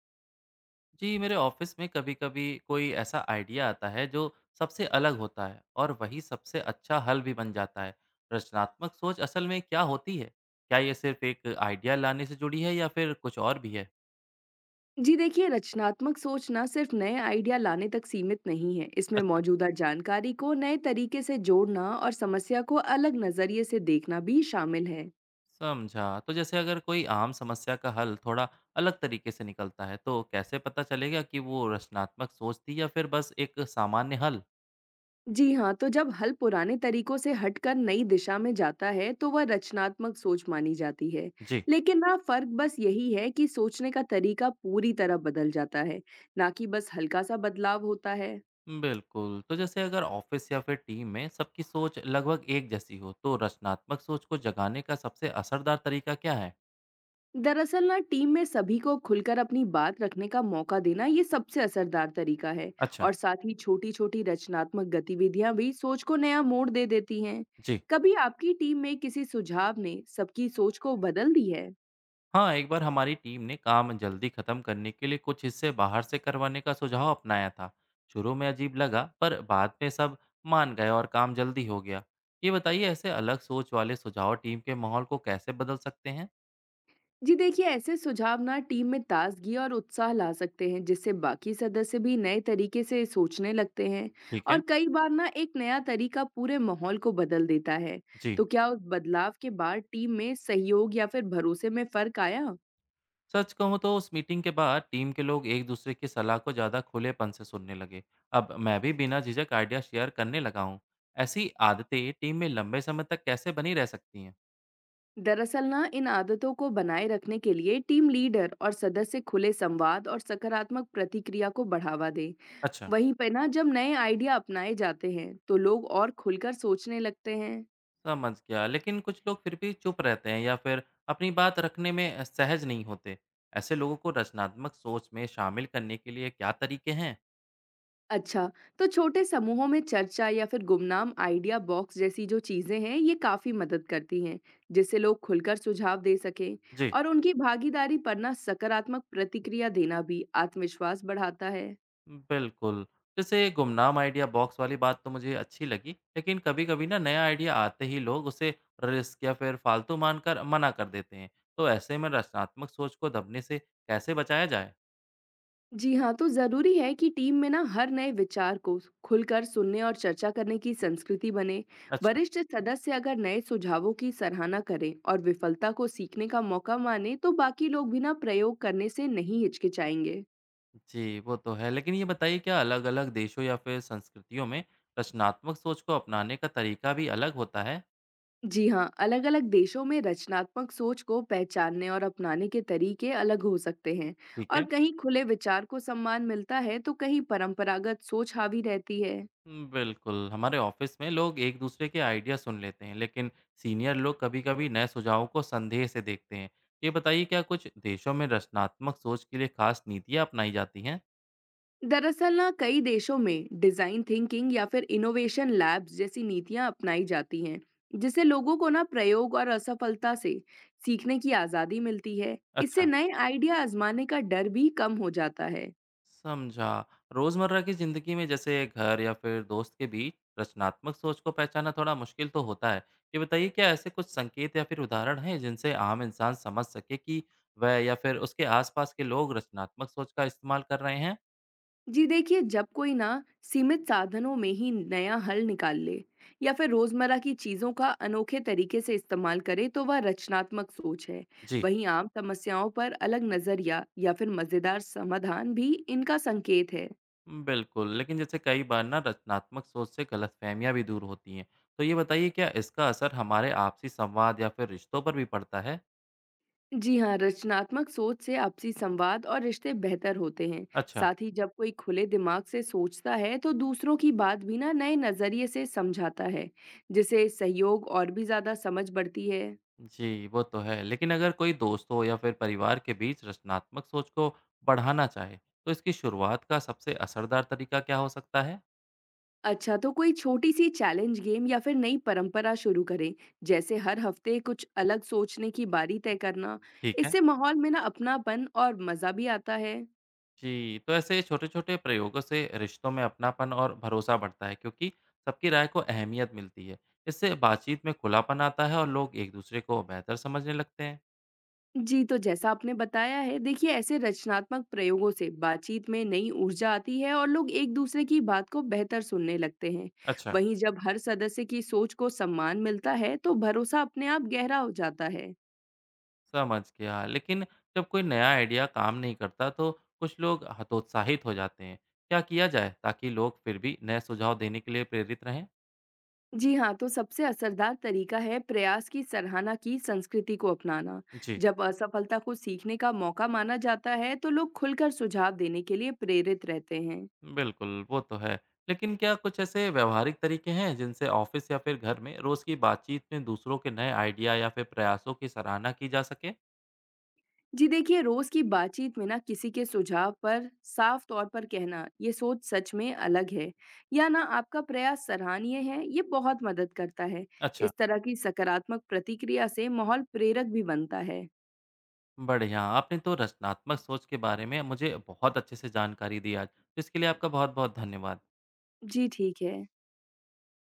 जी, मेरे ऑफिस में कभी-कभी कोई ऐसा आइडिया आता है जो सबसे अलग होता है और वही सबसे अच्छा हल भी बन जाता है। रचनात्मक सोच असल में क्या होती है? क्या ये सिर्फ एक आइडिया लाने से जुड़ी है या फिर कुछ और भी है? जी देखिए, रचनात्मक सोच ना सिर्फ नए आइडिया लाने तक सीमित नहीं है। इसमें अच्छा, मौजूदा जानकारी को नए तरीके से जोड़ना और समस्या को अलग नजरिए से देखना भी शामिल है। समझा। तो जैसे अगर कोई आम समस्या का हल थोड़ा अलग तरीके से निकलता है, तो कैसे पता चलेगा कि वो रचनात्मक सोच थी या फिर बस एक सामान्य हल? जी हाँ, तो जब हल पुराने तरीकों से हटकर नई दिशा में जाता है, तो वह रचनात्मक सोच मानी जाती है। जी। लेकिन ना फर्क बस यही है कि सोचने का तरीका पूरी तरह बदल जाता है, ना कि बस हल्का सा बदलाव होता है। बिल्कुल। तो जैसे अगर ऑफ़िस या फिर टीम में सबकी सोच लगभग एक जैसी हो, तो रचनात्मक सोच को जगाने का सबसे असरदार तरीका क्या है? दरअसल ना, टीम में सभी को खुलकर अपनी बात रखने का मौका देना, ये सबसे असरदार तरीका है। अच्छा। और साथ ही छोटी छोटी रचनात्मक गतिविधियां भी सोच को नया मोड़ दे देती हैं। जी। कभी आपकी टीम में किसी सुझाव ने सबकी सोच को बदल दी है? हाँ, एक बार हमारी टीम ने काम जल्दी खत्म करने के लिए कुछ हिस्से बाहर से करवाने का सुझाव अपनाया था। शुरू में अजीब लगा, पर बाद में सब मान गए और काम जल्दी हो गया। ये बताइए, ऐसे अलग सोच वाले सुझाव टीम के माहौल को कैसे बदल सकते हैं? जी देखिए, ऐसे सुझाव ना टीम में ताजगी और उत्साह ला सकते हैं, जिससे बाकी सदस्य भी नए तरीके से सोचने लगते हैं। ठीक है। और कई बार ना एक नया तरीका पूरे माहौल को बदल देता है। जी। तो क्या उस बदलाव के बाद टीम में सहयोग या फिर भरोसे में फर्क आया? सच कहूँ तो उस मीटिंग के बाद टीम के लोग एक दूसरे की सलाह को ज़्यादा खुलेपन से सुनने लगे। अब मैं भी बिना झिझक आइडिया शेयर करने लगा हूँ। ऐसी आदतें टीम में लंबे समय तक कैसे बनी रह सकती हैं? दरअसल ना, इन आदतों को बनाए रखने के लिए टीम लीडर और सदस्य खुले संवाद और सकारात्मक प्रतिक्रिया को बढ़ावा दें। अच्छा, वहीं पर ना, जब नए आइडिया अपनाए जाते हैं, तो लोग और खुलकर सोचने लगते हैं। समझ गया। लेकिन कुछ लोग फिर भी चुप रहते हैं या फिर अपनी बात रखने में सहज नहीं होते। ऐसे लोगों को रचनात्मक सोच में शामिल करने के लिए क्या तरीके हैं? अच्छा, तो छोटे समूहों में चर्चा या फिर गुमनाम आइडिया बॉक्स जैसी जो चीजें हैं, ये काफी मदद करती हैं, जिससे लोग खुलकर सुझाव दे सकें। जी। और उनकी भागीदारी पर ना सकारात्मक प्रतिक्रिया देना भी आत्मविश्वास बढ़ाता है। बिल्कुल। जैसे गुमनाम आइडिया बॉक्स वाली बात तो मुझे अच्छी लगी, लेकिन कभी-कभी ना नया आइडिया आते ही लोग उसे रिस्क या फिर फालतू मानकर मना कर देते हैं। तो ऐसे में रचनात्मक सोच को दबने से कैसे बचाया जाए? जी हाँ, तो जरूरी है कि टीम में ना हर नए विचार को खुलकर सुनने और चर्चा करने की संस्कृति बने। अच्छा। वरिष्ठ सदस्य अगर नए सुझावों की सराहना करें और विफलता को सीखने का मौका माने, तो बाकी लोग भी ना प्रयोग करने से नहीं हिचकिचाएंगे। जी, वो तो है। लेकिन ये बताइए, क्या अलग-अलग देशों या फिर संस्कृतियों में रचनात्मक सोच को अपनाने का तरीका भी अलग होता है? जी हाँ, अलग-अलग देशों में रचनात्मक सोच को पहचानने और अपनाने के तरीके अलग हो सकते हैं। ठीक और है। कहीं खुले विचार को सम्मान मिलता है, तो कहीं परंपरागत सोच हावी रहती है। बिल्कुल, हमारे ऑफिस में लोग एक दूसरे के आइडिया सुन लेते हैं, लेकिन सीनियर लोग कभी-कभी नए सुझावों को संदेह से देखते हैं। ये बताइए, क्या कुछ देशों में रचनात्मक सोच के लिए खास नीतियाँ अपनाई जाती हैं? दरअसल ना, कई देशों में डिजाइन थिंकिंग या फिर इनोवेशन लैब्स जैसी नीतियां अपनाई जाती हैं, जिससे लोगों को ना प्रयोग और असफलता से सीखने की आजादी मिलती है। इससे अच्छा, नए आइडिया आजमाने का डर भी कम हो जाता है। समझा। रोजमर्रा की जिंदगी में जैसे घर या फिर दोस्त के बीच रचनात्मक सोच को पहचानना थोड़ा मुश्किल तो होता है। ये बताइए, क्या ऐसे कुछ संकेत या फिर उदाहरण हैं जिनसे आम इंसान समझ सके कि वह या फिर उसके आसपास के लोग रचनात्मक सोच का इस्तेमाल कर रहे हैं? जी देखिए, जब कोई ना सीमित साधनों में ही नया हल निकाल ले या फिर रोजमर्रा की चीजों का अनोखे तरीके से इस्तेमाल करे, तो वह रचनात्मक सोच है। जी। वहीं आम समस्याओं पर अलग नजरिया या फिर मजेदार समाधान भी इनका संकेत है। बिल्कुल, लेकिन जैसे कई बार ना रचनात्मक सोच से गलतफहमियां भी दूर होती हैं। तो ये बताइए, क्या इसका असर हमारे आपसी संवाद या फिर रिश्तों पर भी पड़ता है? जी हाँ, रचनात्मक सोच से आपसी संवाद और रिश्ते बेहतर होते हैं। अच्छा। साथ ही, जब कोई खुले दिमाग से सोचता है, तो दूसरों की बात भी ना नए नजरिए से समझाता है, जिसे सहयोग और भी ज्यादा समझ बढ़ती है। जी, वो तो है। लेकिन अगर कोई दोस्तों या फिर परिवार के बीच रचनात्मक सोच को बढ़ाना चाहे, तो इसकी शुरुआत का सबसे असरदार तरीका क्या हो सकता है? अच्छा, तो कोई छोटी-सी चैलेंज गेम या फिर नई परंपरा शुरू करें, जैसे हर हफ्ते कुछ अलग सोचने की बारी तय करना। ठीक है। इससे माहौल में ना अपनापन और मज़ा भी आता है। जी, तो ऐसे छोटे-छोटे प्रयोगों से रिश्तों में अपनापन और भरोसा बढ़ता है, क्योंकि सबकी राय को अहमियत मिलती है। इससे बातचीत में खुलापन आता है और लोग एक दूसरे को बेहतर समझने लगते हैं। जी, तो जैसा आपने बताया है, देखिए ऐसे रचनात्मक प्रयोगों से बातचीत में नई ऊर्जा आती है और लोग एक-दूसरे की बात को बेहतर सुनने लगते हैं। अच्छा, वहीं जब हर सदस्य की सोच को सम्मान मिलता है, तो भरोसा अपने आप गहरा हो जाता है। समझ गया। लेकिन जब कोई नया आइडिया काम नहीं करता तो कुछ लोग हतोत्साहित हो जाते हैं। क्या किया जाए ताकि लोग फिर भी नए सुझाव देने के लिए प्रेरित रहें? जी हाँ, तो सबसे असरदार तरीका है प्रयास की सराहना की संस्कृति को अपनाना। जी, जब असफलता को सीखने का मौका माना जाता है, तो लोग खुलकर सुझाव देने के लिए प्रेरित रहते हैं। बिल्कुल, वो तो है। लेकिन क्या कुछ ऐसे व्यावहारिक तरीके हैं जिनसे ऑफ़िस या फिर घर में रोज़ की बातचीत में दूसरों के नए आइडिया या फिर प्रयासों की सराहना की जा सके? जी देखिए, रोज की बातचीत में ना किसी के सुझाव पर साफ तौर पर कहना, ये सोच सच में अलग है, या ना आपका प्रयास सराहनीय है, ये बहुत मदद करता है। अच्छा, इस तरह की सकारात्मक प्रतिक्रिया से माहौल प्रेरक भी बनता है। बढ़िया। आपने तो रचनात्मक सोच के बारे में मुझे बहुत अच्छे से जानकारी दी आज। तो इसके लिए आपका बहुत-बहुत धन्यवाद। जी ठीक है।